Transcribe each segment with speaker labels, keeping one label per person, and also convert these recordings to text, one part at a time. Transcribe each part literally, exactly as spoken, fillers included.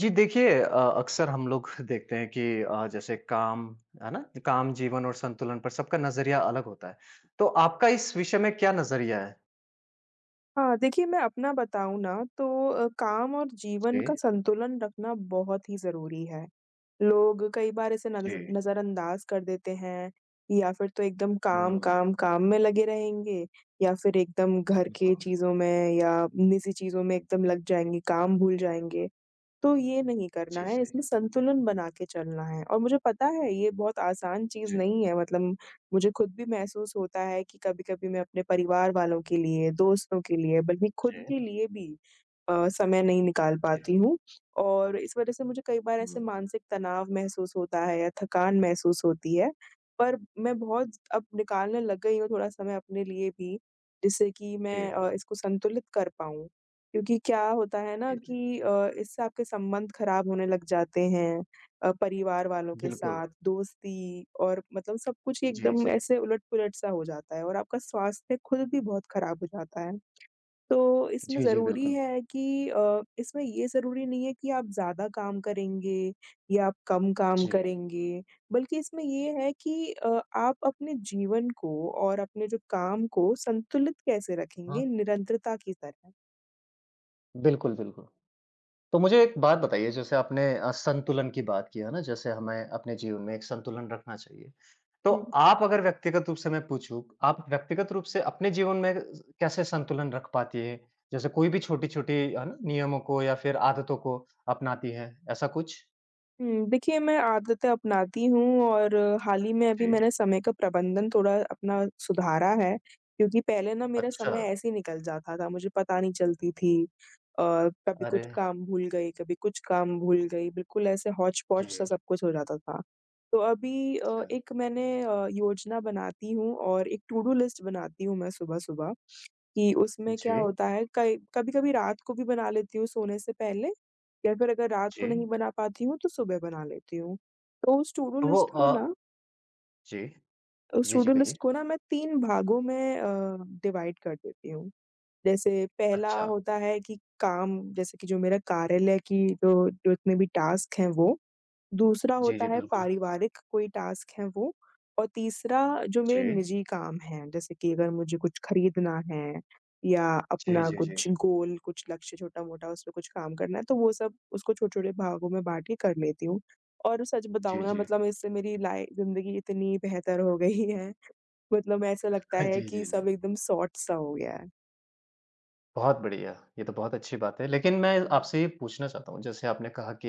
Speaker 1: जी देखिए अ, अक्सर हम लोग देखते हैं कि अ, जैसे काम है ना काम जीवन और संतुलन पर सबका नजरिया अलग होता है तो आपका इस विषय में क्या नजरिया है।
Speaker 2: हाँ, देखिए मैं अपना बताऊँ ना तो अ, काम और
Speaker 1: जी
Speaker 2: जीवन का संतुलन रखना बहुत ही ज़रूरी है। लोग कई बार इसे नज़
Speaker 1: जी।
Speaker 2: नज़रअंदाज़ कर देते हैं या फिर तो एकदम काम,
Speaker 1: हम्म।
Speaker 2: काम, काम में लगे रहेंगे, या फिर एकदम घर के
Speaker 1: बिल्कुल।
Speaker 2: चीज़ों में या निजी चीज़ों में एकदम लग जाएँगे, काम भूल जाएँगे। तो ये नहीं करना
Speaker 1: जी
Speaker 2: है,
Speaker 1: जी
Speaker 2: इसमें संतुलन बना के चलना है, और मुझे पता है ये बहुत आसान चीज़
Speaker 1: जी
Speaker 2: नहीं है। मतलब मुझे खुद भी महसूस होता है कि कभी-कभी मैं अपने परिवार वालों के लिए, दोस्तों के लिए, बल्कि
Speaker 1: जी
Speaker 2: खुद के लिए भी अ, समय नहीं निकाल
Speaker 1: जी।
Speaker 2: पाती हूँ, और इस वजह से मुझे कई बार ऐसे
Speaker 1: हम्म।
Speaker 2: मानसिक तनाव महसूस होता है या थकान महसूस होती है। पर मैं बहुत अब निकालने लग गई हूँ थोड़ा समय अपने लिए भी, जिससे कि मैं
Speaker 1: जी
Speaker 2: अ, इसको संतुलित कर पाऊँ। क्योंकि क्या होता है ना,
Speaker 1: जी जी।
Speaker 2: कि अ, इससे आपके संबंध खराब होने लग जाते हैं अ, परिवार वालों के
Speaker 1: बिल्कुल।
Speaker 2: साथ, दोस्ती, और मतलब सब कुछ ही
Speaker 1: जी
Speaker 2: एकदम
Speaker 1: जी
Speaker 2: ऐसे उलट-पुलट सा हो जाता है, और आपका स्वास्थ्य खुद भी बहुत खराब हो जाता है। तो इसमें
Speaker 1: जी जी।
Speaker 2: ज़रूरी
Speaker 1: बिल्कुल।
Speaker 2: है कि अ, इसमें ये ज़रूरी नहीं है कि आप ज़्यादा काम करेंगे या आप कम काम
Speaker 1: जी।
Speaker 2: करेंगे, बल्कि इसमें ये है कि अ, आप अपने जीवन को और अपने जो काम को संतुलित कैसे रखेंगे
Speaker 1: हाँ।
Speaker 2: निरंतरता की तरह।
Speaker 1: बिल्कुल बिल्कुल। तो मुझे एक बात बताइए जैसे आपने अ, संतुलन की बात की है ना, जैसे हमें अपने जीवन में एक संतुलन रखना चाहिए। तो
Speaker 2: हुँ।
Speaker 1: आप अगर व्यक्तिगत रूप से मैं पूछूँ, आप व्यक्तिगत रूप से अपने जीवन में कैसे संतुलन रख पाती है? जैसे कोई भी छोटी-छोटी है ना नियमों को या फिर आदतों को अपनाती हैं, ऐसा कुछ?
Speaker 2: हुँ, देखिए मैं आदतें अपनाती हूँ, और हाल ही में अभी
Speaker 1: जी,
Speaker 2: मैंने समय का प्रबंधन थोड़ा अपना सुधारा है, क्योंकि पहले ना मेरा
Speaker 1: अच्छा।
Speaker 2: समय ऐसे ही निकल जाता था, मुझे पता नहीं चलती थी। अ, कभी
Speaker 1: अरे!
Speaker 2: कुछ काम भूल गई, कभी कुछ काम भूल गई, बिल्कुल ऐसे हौच-पौच सा
Speaker 1: जी,
Speaker 2: सब कुछ हो जाता था। तो अभी अ,
Speaker 1: अच्छा।
Speaker 2: एक मैंने अ, योजना बनाती हूँ, और एक टू डू लिस्ट बनाती हूँ मैं सुबह-सुबह, कि उसमें क्या
Speaker 1: जी,
Speaker 2: होता है कई कभी-कभी रात को भी बना लेती हूँ सोने से पहले, या फिर अगर रात को
Speaker 1: जी।
Speaker 2: नहीं बना पाती हूँ तो सुबह बना लेती हूँ। तो उस टू डू
Speaker 1: तो वो
Speaker 2: लिस्ट को
Speaker 1: अ,
Speaker 2: ना
Speaker 1: जी,
Speaker 2: उस
Speaker 1: जी,
Speaker 2: टू
Speaker 1: जी,
Speaker 2: डू लिस्ट
Speaker 1: कहिए।
Speaker 2: को ना मैं तीन भागों में अ, डिवाइड कर देती हूँ। जैसे पहला
Speaker 1: अच्छा।
Speaker 2: होता है कि काम, जैसे कि जो मेरा कार्यालय की जो जो जितने भी टास्क हैं वो, दूसरा
Speaker 1: जी,
Speaker 2: होता
Speaker 1: जी,
Speaker 2: है
Speaker 1: बिल्कुल।
Speaker 2: पारिवारिक कोई टास्क है वो, और तीसरा जो मेरे
Speaker 1: जी।
Speaker 2: निजी काम हैं, जैसे कि अगर मुझे कुछ खरीदना है, या
Speaker 1: जी,
Speaker 2: अपना
Speaker 1: जी, जी।
Speaker 2: कुछ गोल, कुछ लक्ष्य छोटा-मोटा उस पे कुछ काम करना है, तो वो सब उसको छोटे-छोटे भागों में बाँट के कर लेती हूँ। और सच बताऊँ
Speaker 1: जी,
Speaker 2: ना,
Speaker 1: जी।
Speaker 2: मतलब इससे मेरी लाइ ज़िंदगी इतनी बेहतर हो गई है, मतलब ऐसा लगता है
Speaker 1: जी,
Speaker 2: कि
Speaker 1: जी, जी।
Speaker 2: सब एकदम सॉर्ट सा हो गया है।
Speaker 1: बहुत बढ़िया, ये तो बहुत अच्छी बात है। लेकिन मैं आपसे ये पूछना चाहता हूँ, जैसे आपने कहा कि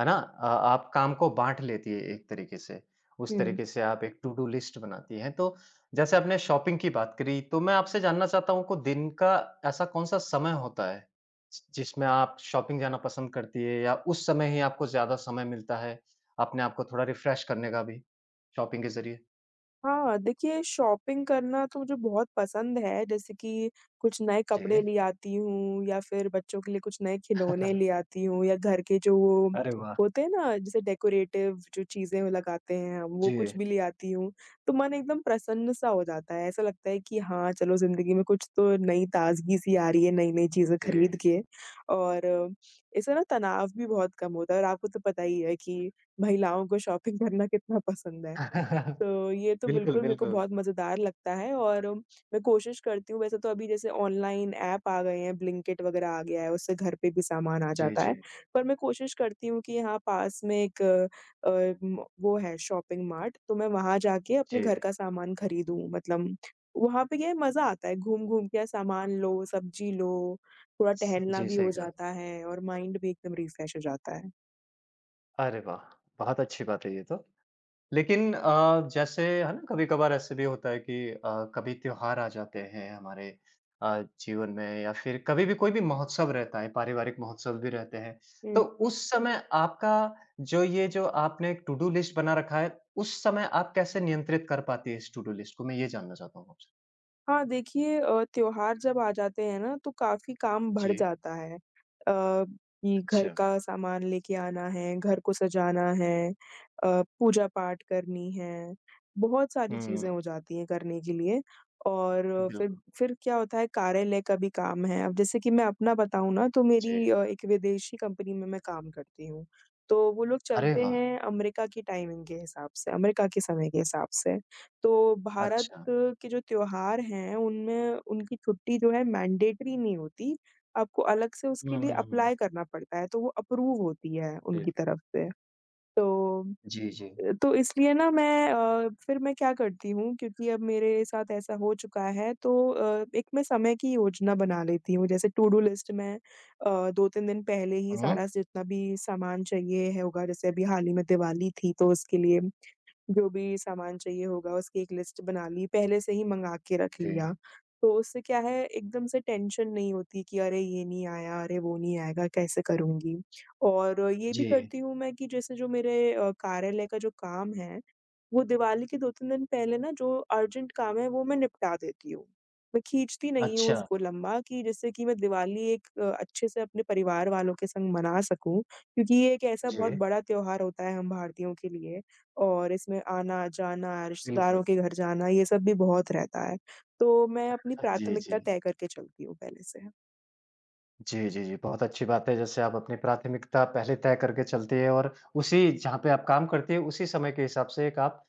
Speaker 1: है ना? अ, आप काम को बाँट लेती है एक तरीके से, उस
Speaker 2: हुँ।
Speaker 1: तरीके से आप एक टू-डू लिस्ट बनाती हैं। तो जैसे आपने शॉपिंग की बात करी, तो मैं आपसे जानना चाहता हूँ को दिन का ऐसा कौन-सा समय होता है, जि जिसमें आप शॉपिंग जाना पसंद करती है या उस समय ही आपको ज़्यादा समय मिलता है, अपने आप को थोड़ा रिफ्रेश करने का भी, शॉपिंग के ज़रिए?
Speaker 2: हाँ, देखिए शॉपिंग करना तो मुझे बहुत पसंद है, जैसे कि कुछ नए कपड़े
Speaker 1: जी।
Speaker 2: ले आती हूँ, या फिर बच्चों के लिए कुछ नए खिलौने ले आती हूँ, या घर के जो वो
Speaker 1: अरे वाह!
Speaker 2: होते हैं ना, जैसे डेकोरेटिव जो चीज़ें वो लगाते हैं हम, वो
Speaker 1: जी,
Speaker 2: कुछ भी ले आती हूँ। तो मन एकदम प्रसन्न-सा हो जाता है, ऐसा लगता है कि हाँ, चलो ज़िंदगी में कुछ तो नई ताज़गी-सी आ रही है, नई-नई चीज़ें
Speaker 1: जी।
Speaker 2: खरीद के। और इससे ना तनाव भी बहुत कम होता है, और आपको तो पता ही है कि महिलाओं को शॉपिंग करना कितना पसंद है। तो ये तो
Speaker 1: बिल्कुल,
Speaker 2: बिल्कुल मेरे को
Speaker 1: बिल्कुल।
Speaker 2: बहुत मज़ेदार लगता है। और मैं कोशिश करती हूँ, वैसे तो अभी जैसे ऑनलाइन ऐप आ गए हैं, ब्लिंकिट वग़ैरह आ गया है, उससे घर पे भी सामान आ
Speaker 1: जी,
Speaker 2: जाता है।
Speaker 1: जी।
Speaker 2: पर मैं कोशिश करती हूँ कि यहाँ पास में एक अ, म वो है शॉपिंग मार्ट, तो मैं वहाँ जाके अपने
Speaker 1: जी।
Speaker 2: घर का सामान खरीदूँ। मतलब वहाँ पे ये मज़ा आता है, घूम-घूम के सामान लो, सब्ज़ी लो, थोड़ा
Speaker 1: स
Speaker 2: टहलना
Speaker 1: जी,
Speaker 2: भी
Speaker 1: सही
Speaker 2: हो
Speaker 1: कहा।
Speaker 2: जाता है, और माइंड भी एकदम रिफ्रेश हो जाता है।
Speaker 1: अरे वाह! बहुत अच्छी बात है ये तो। लेकिन अ, जैसे है ना कभी-कभार ऐसे भी होता है कि अ, कभी त्योहार आ जाते हैं हमारे अ, जीवन में या फिर कभी भी कोई भी महोत्सव रहता है, पारिवारिक महोत्सव भी रहते हैं। तो
Speaker 2: हुँ।
Speaker 1: उस समय आपका जो ये जो आपने एक टू डू लिस्ट बना रखा है, उस समय आप कैसे नियंत्रित कर पाती है इस टू डू लिस्ट को? मैं ये जानना चाहता हूँ आपसे?
Speaker 2: हाँ, देखिए अ, त्योहार जब आ जाते हैं ना तो काफ़ी काम बढ़
Speaker 1: जी,
Speaker 2: जाता है। अ, कि घर
Speaker 1: अच्छा।
Speaker 2: का सामान लेके आना है, घर को सजाना है, अ, पूजा-पाठ करनी है, बहुत सारी चीज़ें
Speaker 1: हुँ,
Speaker 2: हो जाती हैं करने के लिए, और फिर
Speaker 1: बिल्कुल।
Speaker 2: फिर क्या होता है कार्यालय का भी काम है। अब जैसे कि मैं अपना बताऊँ ना, तो
Speaker 1: जी।
Speaker 2: मेरी अ, एक विदेशी कंपनी में मैं काम करती हूँ। तो वो लोग
Speaker 1: अरे
Speaker 2: चलते
Speaker 1: वाह!
Speaker 2: हैं अमेरिका की टाइमिंग के हिसाब से, अमेरिका के समय के हिसाब से। तो भारत
Speaker 1: अच्छा।
Speaker 2: के जो त्योहार हैं, उनमें उनकी छुट्टी जो है मैंडेटरी नहीं होती, आपको अलग से उसके
Speaker 1: हुँ,
Speaker 2: लिए
Speaker 1: हुँ, हुँ।
Speaker 2: अप्लाई करना पड़ता है, तो वो अप्रूव होती है
Speaker 1: जी।
Speaker 2: उनकी तरफ से। तो
Speaker 1: जी, जी।
Speaker 2: अ, तो इसलिए ना मैं अ, फिर मैं क्या करती हूँ, क्योंकि अब मेरे साथ ऐसा हो चुका है, तो अ, एक मैं समय की योजना बना लेती हूँ, जैसे टू डू लिस्ट में अ, दो तीन दिन पहले ही
Speaker 1: हुँ।
Speaker 2: सारा जितना भी सामान चाहिए है होगा, जैसे अभी हाल ही में दिवाली थी, तो उसके लिए जो भी सामान चाहिए होगा उसकी एक लिस्ट बना ली, पहले से ही मँगा के रख
Speaker 1: जी,
Speaker 2: लिया। तो उससे क्या है, एकदम से टेंशन नहीं होती कि अरे ये नहीं आया, अरे वो नहीं आएगा, कैसे करूँगी? और ये भी
Speaker 1: जी।
Speaker 2: करती हूँ मैं कि जैसे जो मेरे अ, कार्यालय का जो काम है, वो दिवाली के दो तीन दिन पहले ना जो अर्जेंट काम है वो मैं निपटा देती हूँ। मैं खींचती नहीं हूँ
Speaker 1: अच्छा,
Speaker 2: उसको लंबा, कि जिससे कि मैं दिवाली एक अ, अच्छे से अपने परिवार वालों के संग मना सकूँ, क्योंकि ये एक ऐसा बहुत
Speaker 1: जी,
Speaker 2: बड़ा त्योहार होता है हम भारतीयों के लिए, और इसमें आना-जाना, रिश्तेदारों
Speaker 1: बिल्कुल।
Speaker 2: के घर जाना ये सब भी बहुत रहता है। तो मैं अपनी
Speaker 1: अ, जी, जी।
Speaker 2: प्राथमिकता तय करके चलती हूँ पहले से।
Speaker 1: जी, जी, जी, बहुत अच्छी बात है जैसे आप अपनी प्राथमिकता पहले तय करके चलती है और उसी जहाँ पे आप काम करती है उसी समय के हिसाब से एक आप,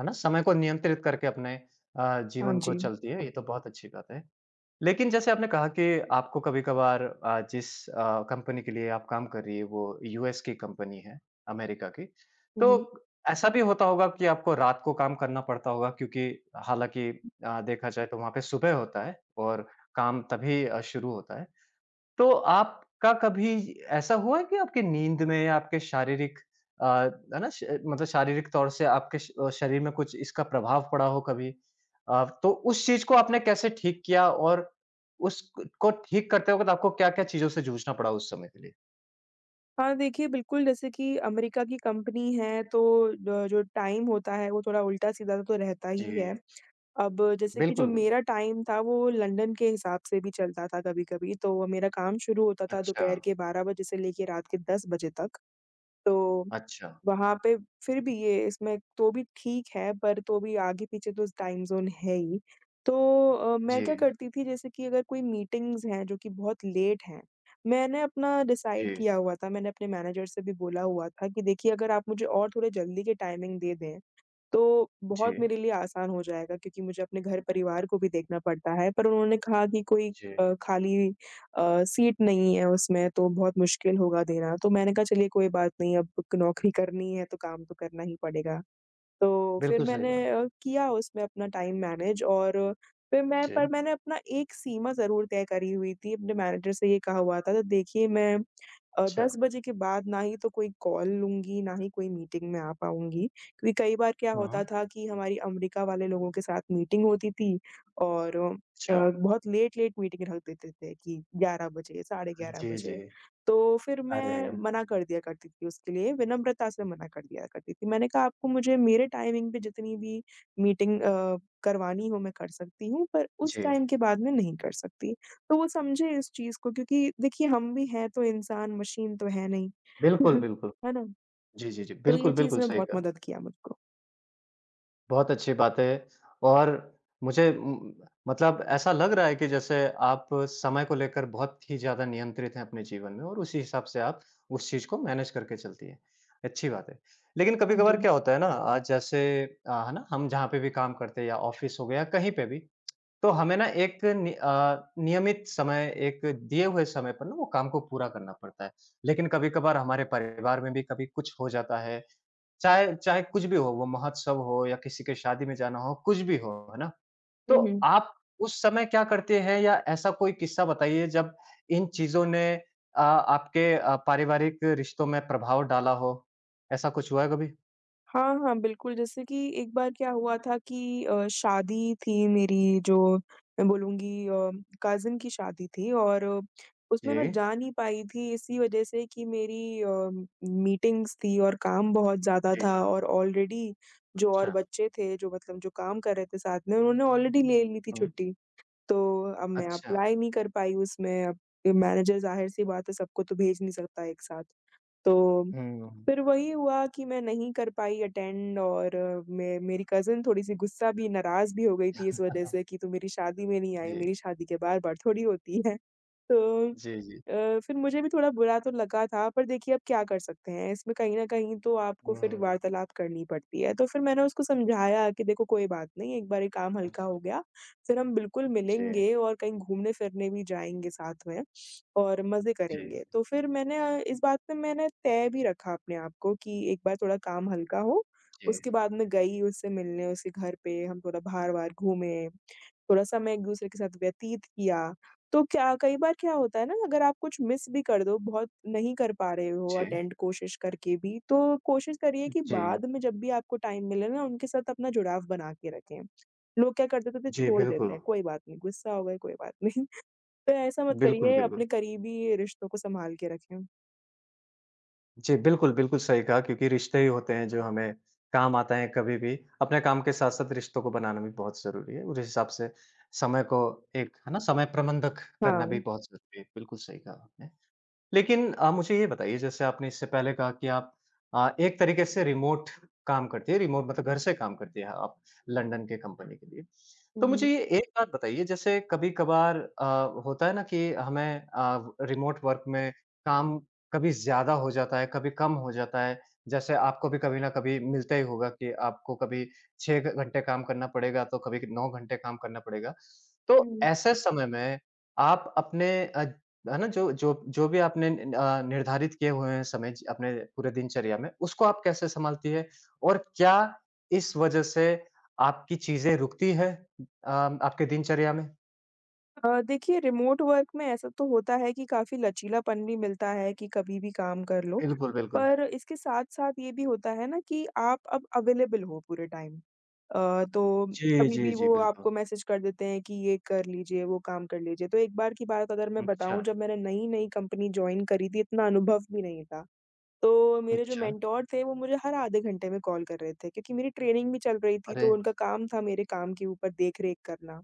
Speaker 1: है ना, समय को नियंत्रित करके अपने अ,
Speaker 2: हाँ
Speaker 1: जीवन को
Speaker 2: जी।
Speaker 1: चलती है, ये तो बहुत अच्छी बात है। लेकिन जैसे आपने कहा कि आपको कभी-कभार अ, जिस अ, कंपनी के लिए आप काम कर रही है वो यूएस की कंपनी है, अमेरिका की।
Speaker 2: हुँ,
Speaker 1: तो
Speaker 2: हुँ।
Speaker 1: ऐसा भी होता होगा कि आपको रात को काम करना पड़ता होगा क्योंकि हालाँकि अ, देखा जाए तो वहाँ पे सुबह होता है और काम तभी अ, शुरू होता है। तो आपका कभी ऐसा हुआ है कि आपकी नींद में आपके शारीरिक अ, है ना? श मतलब शारीरिक तौर से आपके श अ, शरीर में कुछ इसका प्रभाव पड़ा हो कभी? अ, तो उस चीज़ को आपने कैसे ठीक किया और उसको ठीक करते वक़्त आपको क्या-क्या चीज़ों से जूझना पड़ा उस समय के लिए?
Speaker 2: हाँ, देखिए बिल्कुल, जैसे कि अमेरिका की कंपनी है तो ड जो टाइम होता है वो थोड़ा उल्टा-सीधा तो रहता
Speaker 1: जी।
Speaker 2: ही है। अब जैसे कि जो
Speaker 1: बिल्कुल, बिल्कुल।
Speaker 2: मेरा टाइम था वो लंदन के हिसाब से भी चलता था कभी-कभी, तो मेरा काम शुरू होता था
Speaker 1: अच्छा,
Speaker 2: दोपहर के बारह बजे से लेके रात के दस बजे तक। तो
Speaker 1: अच्छा।
Speaker 2: वहाँ पे फिर भी ये इसमें तो भी ठीक है, पर तो भी आगे-पीछे तो टाइम ज़ोन है ही। तो अ, मैं क्या
Speaker 1: जी,
Speaker 2: करती थी, जैसे कि अगर कोई मीटिंग्स हैं जो कि बहुत लेट हैं, मैंने अपना
Speaker 1: जी,
Speaker 2: डिसाइड किया हुआ था, मैंने अपने मैनेजर से भी बोला हुआ था कि देखिए अगर आप मुझे और थोड़े जल्दी के टाइमिंग दे दें तो बहुत
Speaker 1: जी,
Speaker 2: मेरे लिए आसान हो जाएगा, क्योंकि मुझे अपने घर-परिवार को भी देखना पड़ता है। पर उन्होंने कहा कि कोई
Speaker 1: जी।
Speaker 2: अ, खाली अ, सीट नहीं है, उसमें तो बहुत मुश्किल होगा देना। तो मैंने कहा चलिए कोई बात नहीं, अब क नौकरी करनी है तो काम तो करना ही पड़ेगा। तो फिर
Speaker 1: बिल्कुल सही
Speaker 2: मैंने
Speaker 1: बात।
Speaker 2: अ, किया उसमें अपना टाइम मैनेज, और फिर मैं पर
Speaker 1: जी,
Speaker 2: मैंने अपना एक सीमा ज़रूर तय करी हुई थी, अपने मैनेजर से ये कहा हुआ था तो, देखिए मैं अ,
Speaker 1: अच्छा।
Speaker 2: दस बजे के बाद ना ही तो कोई कॉल लूँगी, ना ही कोई मीटिंग में आ पाऊँगी। क्योंकि कई बार क्या
Speaker 1: हुँ,
Speaker 2: होता
Speaker 1: हुँ।
Speaker 2: था कि हमारी अमेरिका वाले लोगों के साथ मीटिंग होती थी, और अ,
Speaker 1: अच्छा।
Speaker 2: बहुत लेट-लेट मीटिंग रख देते थे कि ग्यारह बजे, साढ़े ग्यारह
Speaker 1: जी, जी।
Speaker 2: बजे। तो फिर मैं
Speaker 1: अरे!
Speaker 2: मना कर दिया करती थी उसके लिए, विनम्रता से मना कर दिया करती थी। मैंने कहा, "आपको मुझे मेरे टाइमिंग पे जितनी भी मीटिंग अ, करवानी हो मैं कर सकती हूँ, पर उस
Speaker 1: जी,
Speaker 2: टाइम के बाद मैं नहीं कर सकती।" तो वो समझे इस चीज़ को, क्योंकि देखिए हम भी हैं तो इंसान, मशीन तो है नहीं।
Speaker 1: बिल्कुल, बिल्कुल।
Speaker 2: है ना?
Speaker 1: जी, जी, जी।
Speaker 2: तो ये
Speaker 1: बिल्कुल,
Speaker 2: चीज़
Speaker 1: बिल्कुल
Speaker 2: ने
Speaker 1: सही
Speaker 2: बहुत
Speaker 1: कहा।
Speaker 2: मदद किया मुझको।
Speaker 1: बहुत अच्छी बात है और मुझे उम, मतलब ऐसा लग रहा है कि जैसे आप समय को लेकर बहुत ही ज़्यादा नियंत्रित हैं अपने जीवन में और उसी हिसाब से आप उस चीज़ को मैनेज करके चलती हैं। अच्छी बात है। लेकिन
Speaker 2: हाँ
Speaker 1: कभी-कभार
Speaker 2: जी।
Speaker 1: क्या होता है ना अ, जैसे अ, है ना हम जहाँ पे भी काम करते हैं या ऑफ़िस हो गया या कहीं पे भी, तो हमें ना एक नि अ, नियमित समय एक दिए हुए समय पर ना वो काम को पूरा करना पड़ता है। लेकिन कभी-कभार हमारे परिवार में भी कभी कुछ हो जाता है चाहे चाहे कुछ भी हो, वो महोत्सव हो या किसी के शादी में जाना हो, कुछ भी हो, है ना?
Speaker 2: हुँ,
Speaker 1: तो
Speaker 2: हुँ।
Speaker 1: आप उस समय क्या करते हैं या ऐसा कोई किस्सा बताइए जब इन चीज़ों ने अ, आपके अ, पारिवारिक रिश्तों में प्रभाव डाला हो? ऐसा कुछ हुआ है कभी?
Speaker 2: हाँ, हाँ, बिल्कुल। जैसे कि एक बार क्या हुआ था कि अ, शादी थी मेरी, जो मैं बोलूँगी अ, कज़िन की शादी थी, और अ, उसमें
Speaker 1: जी।
Speaker 2: मैं जा नहीं पाई थी इसी वज़ह से कि मेरी अ, मीटिंग्स थी और काम बहुत ज़्यादा
Speaker 1: जी,
Speaker 2: था और ऑलरेडी जो और
Speaker 1: अच्छा।
Speaker 2: बच्चे थे, जो मतलब जो काम कर रहे थे साथ में, उन्होंने ऑलरेडी ले ली थी
Speaker 1: हुँ।
Speaker 2: छुट्टी। तो अब मैं
Speaker 1: अच्छा।
Speaker 2: अप्लाई नहीं कर पाई उसमें। अब मैनेजर ज़ाहिर-सी बात है सबको तो भेज नहीं सकता एक साथ। तो
Speaker 1: हुँ,
Speaker 2: फिर वही हुआ कि मैं नहीं कर पाई अटेंड, और अ, मे मेरी कज़िन थोड़ी-सी गुस्सा भी नाराज़ भी हो गई थी इस वज़ह से कि तू मेरी शादी में नहीं आई,
Speaker 1: जी।
Speaker 2: मेरी शादी के बार-बार थोड़ी होती है। तो
Speaker 1: जी, जी।
Speaker 2: अ, फिर मुझे भी थोड़ा बुरा तो लगा था, पर देखिए अब क्या कर सकते हैं, इसमें कहीं न कहीं तो आपको फिर
Speaker 1: हुँ,
Speaker 2: वार्तालाप करनी पड़ती है। तो फिर मैंने उसको समझाया कि देखो कोई बात नहीं, एक बार ये काम
Speaker 1: जी,
Speaker 2: हल्का हो गया, फिर हम बिल्कुल
Speaker 1: जी,
Speaker 2: मिलेंगे और कहीं घूमने-फिरने भी जाएँगे साथ में। और मज़े करेंगे। तो फिर मैंने अ, इस बात पे मैंने तय भी रखा अपने आप को कि एक बार थोड़ा काम हल्का हो,
Speaker 1: जी,
Speaker 2: उसके बाद मैं गई उससे मिलने, उसके घर पे, हम थोड़ा बाहर-वाहर घूमे, थोड़ा समय एक-दूसरे के साथ व्यतीत किया। तो क्या कई बार क्या होता है ना, अगर आप कुछ मिस भी कर दो, बहुत नहीं कर पा रहे हो
Speaker 1: जी,
Speaker 2: अटेंड कोशिश करके भी, तो कोशिश करिए कि
Speaker 1: जी,
Speaker 2: बाद में जब भी आपको टाइम मिले ना, उनके साथ अपना जुड़ाव बना के रखें। लोग क्या कर देते थे,
Speaker 1: जी,
Speaker 2: छोड़ देते
Speaker 1: बिल्कुल।
Speaker 2: हैं, कोई बात नहीं, गुस्सा हो गए, कोई बात नहीं। तो ऐसा मत
Speaker 1: बिल्कुल,
Speaker 2: करिए,
Speaker 1: बिल्कुल।
Speaker 2: अपने करीबी रिश्तों को संभाल के रखें।
Speaker 1: जी, बिल्कुल, बिल्कुल सही कहा क्योंकि रिश्ते ही होते हैं जो हमें काम आते हैं कभी भी। अपने काम के साथ-साथ रिश्तों को बनाना भी बहुत ज़रूरी है। उस हिसाब से समय को एक है ना समय प्रबंधक करना भी
Speaker 2: हाँ।
Speaker 1: बहुत ज़रूरी है। बिल्कुल सही कहा आपने। लेकिन अ, मुझे ये बताइए जैसे आपने इससे पहले कहा कि आप अ, एक तरीके से रिमोट काम करती है, रिमोट मतलब घर से काम करती है आप लंदन के कंपनी के लिए।
Speaker 2: हुँ,
Speaker 1: तो मुझे
Speaker 2: हुँ।
Speaker 1: ये एक बात बताइए जैसे कभी-कभार अ, होता है ना कि हमें अ, रिमोट वर्क में काम कभी ज़्यादा हो जाता है, कभी कम हो जाता है। जैसे आपको भी कभी न कभी मिलता ही होगा कि आपको कभी छह घ घंटे काम करना पड़ेगा तो कभी नौ घंटे काम करना पड़ेगा। तो
Speaker 2: हुँ।
Speaker 1: ऐसे समय में आप अपने अ, है ना, जो जो जो भी आपने अ, निर्धारित किए हुए हैं समय ज अपने पूरे दिनचर्या में, उसको आप कैसे सँभालती है? और क्या इस वजह से आपकी चीज़ें रुकती है अ, आपके दिनचर्या में?
Speaker 2: अ, देखिए रिमोट वर्क में ऐसा तो होता है कि काफ़ी लचीलापन भी मिलता है कि कभी भी काम कर लो।
Speaker 1: बिल्कुल, बिल्कुल।
Speaker 2: पर इसके साथ-साथ ये भी होता है ना कि आप अब अवेलेबल हो पूरे टाइम। अ, तो
Speaker 1: जी,
Speaker 2: कभी
Speaker 1: जी,
Speaker 2: भी
Speaker 1: जी,
Speaker 2: वो
Speaker 1: बिल्कुल।
Speaker 2: आपको मैसेज कर देते हैं कि ये कर लीजिए, वो काम कर लीजिए। तो एक बार की बात अगर मैं
Speaker 1: अच्छा,
Speaker 2: बताऊँ, जब मैंने नई-नई कंपनी जॉइन करी थी, इतना अनुभव भी नहीं था। तो मेरे जो
Speaker 1: अच्छा।
Speaker 2: मेंटर थे, वो मुझे हर आधे घंटे में कॉल कर रहे थे क्योंकि मेरी ट्रेनिंग भी चल रही थी,
Speaker 1: अरे!
Speaker 2: तो उनका काम था मेरे काम के ऊपर देख-रेख करना।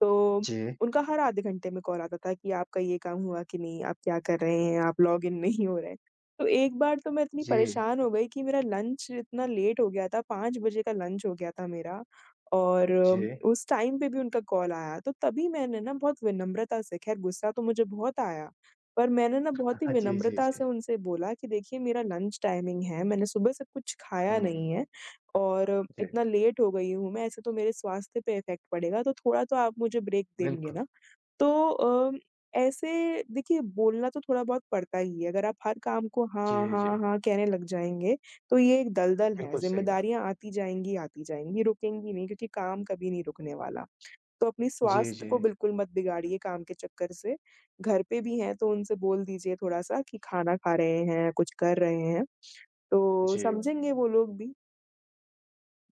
Speaker 2: तो
Speaker 1: जी,
Speaker 2: उनका हर आधे घंटे में कॉल आता था कि आपका ये काम हुआ कि नहीं? आप क्या कर रहे हैं? आप लॉगिन नहीं हो रहे हैं। तो एक बार तो मैं इतनी
Speaker 1: जी,
Speaker 2: परेशान हो गई कि मेरा लंच इतना लेट हो गया था, पाँच बजे का लंच हो गया था मेरा, और
Speaker 1: जी।
Speaker 2: अ, उस टाइम पे भी उनका कॉल आया। तो तभी मैंने ना बहुत विनम्रता से, खैर गुस्सा तो मुझे बहुत आया, पर मैंने ना बहुत ही
Speaker 1: हाँ, जी, जी,
Speaker 2: विनम्रता
Speaker 1: जी।
Speaker 2: से उनसे बोला कि देखिए मेरा लंच टाइमिंग है, मैंने सुबह से कुछ खाया
Speaker 1: हुँ,
Speaker 2: नहीं है। और
Speaker 1: जी।
Speaker 2: इतना लेट हो गई हूँ मैं, ऐसे तो मेरे स्वास्थ्य पे इफ़ेक्ट पड़ेगा, तो थोड़ा तो आप मुझे ब्रेक देंगे
Speaker 1: बिल्कुल।
Speaker 2: ना। तो अ, ऐसे देखिए बोलना तो थोड़ा बहुत पड़ता ही है, अगर आप हर काम को
Speaker 1: जी,
Speaker 2: हाँ, हाँ,
Speaker 1: जी।
Speaker 2: हाँ कहने लग जाएँगे, तो ये एक दलदल है,
Speaker 1: बिल्कुल सही कहा।
Speaker 2: ज़िम्मेदारियाँ आती जाएँगी, आती जाएँगी, रुकेंगी नहीं, क्योंकि काम कभी नहीं रुकने वाला। तो अपनी
Speaker 1: जी,
Speaker 2: स्वास्थ्य
Speaker 1: जी,
Speaker 2: को बिल्कुल मत बिगाड़िए काम के चक्कर से। घर पे भी हैं तो उनसे बोल दीजिए थोड़ा-सा कि खाना खा रहे हैं, कुछ कर रहे हैं, तो
Speaker 1: जी।
Speaker 2: समझेंगे वो लोग भी।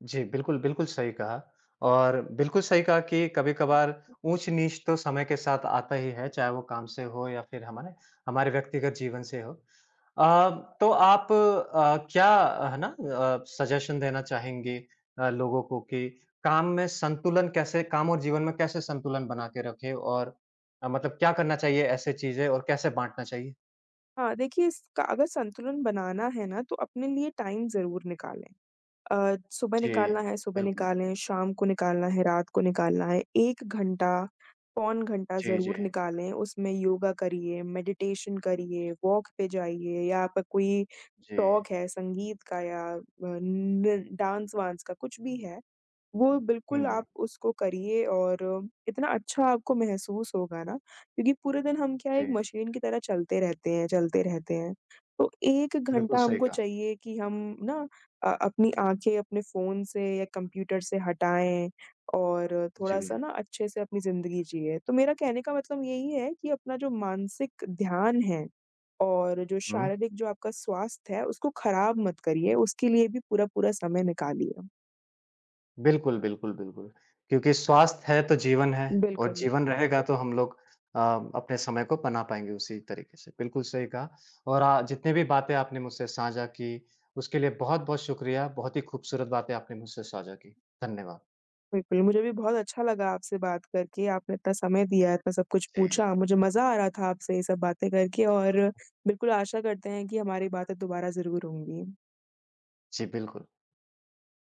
Speaker 1: जी, बिल्कुल, बिल्कुल सही कहा और बिल्कुल सही कहा कि कभी-कभार ऊँच-नीच तो समय के साथ आता ही है, चाहे वो काम से हो या फिर हमारे हमारे व्यक्तिगत जीवन से हो। अ, तो आप अ, क्या है ना अ, सजेशन देना चाहेंगे अ, लोगों को कि काम में संतुलन कैसे काम और जीवन में कैसे संतुलन बना के रखें और अ, मतलब क्या करना चाहिए ऐसे चीज़ें और कैसे बाँटना चाहिए?
Speaker 2: हाँ, देखिए इसका अगर संतुलन बनाना है ना, तो अपने लिए टाइम ज़रूर निकालें। अ, सुबह
Speaker 1: जी,
Speaker 2: निकालना है सुबह
Speaker 1: बिल्कुल।
Speaker 2: निकालें, शाम को निकालना है, रात को निकालना है, एक घंटा, पौन घंटा
Speaker 1: जी, जी,
Speaker 2: ज़रूर निकालें। उसमें योगा करिए, मेडिटेशन करिए, वॉक पे जाइए, या आपका कोई
Speaker 1: जी।
Speaker 2: शौक है संगीत का, या अ, न डांस-वांस का, कुछ भी है, वो बिल्कुल आप
Speaker 1: हुँ,
Speaker 2: उसको करिए। और इतना अच्छा आपको महसूस होगा ना, क्योंकि पूरे दिन हम क्या है, एक
Speaker 1: जी,
Speaker 2: मशीन की तरह चलते रहते हैं, चलते रहते हैं। तो एक
Speaker 1: बिल्कुल
Speaker 2: घंटा
Speaker 1: सही
Speaker 2: हमको
Speaker 1: कहा।
Speaker 2: चाहिए कि हम ना अ, अपनी आँखें अपने फ़ोन से या कंप्यूटर से हटाएँ और
Speaker 1: जी,
Speaker 2: थोड़ा-सा ना अच्छे से अपनी ज़िंदगी जिएँ। तो मेरा कहने का मतलब यही है कि अपना जो मानसिक ध्यान है और जो
Speaker 1: हुँ।
Speaker 2: शारीरिक जो आपका स्वास्थ्य है, उसको खराब मत करिए, उसके लिए भी पूरा-पूरा समय निकालिए।
Speaker 1: बिल्कुल, बिल्कुल, बिल्कुल। क्योंकि स्वास्थ्य है तो जीवन है और
Speaker 2: बिल्कुल।
Speaker 1: जीवन रहेगा तो हम लोग अ, अपने समय को बना पाएँगे उसी तरीके से। बिल्कुल सही कहा और अ, जितनी भी बातें आपने मुझसे साझा की उसके लिए बहुत-बहुत शुक्रिया। बहुत ही खूबसूरत बातें आपने मुझसे साझा की। धन्यवाद।
Speaker 2: बिल्कुल, मुझे भी बहुत अच्छा लगा आपसे बात करके, आपने इतना समय दिया, इतना सब कुछ
Speaker 1: जी।
Speaker 2: पूछा, मुझे मज़ा आ रहा था आपसे ये सब बातें करके, और बिल्कुल आशा करते हैं कि हमारी बातें दोबारा ज़रूर होंगी।
Speaker 1: जी, बिल्कुल।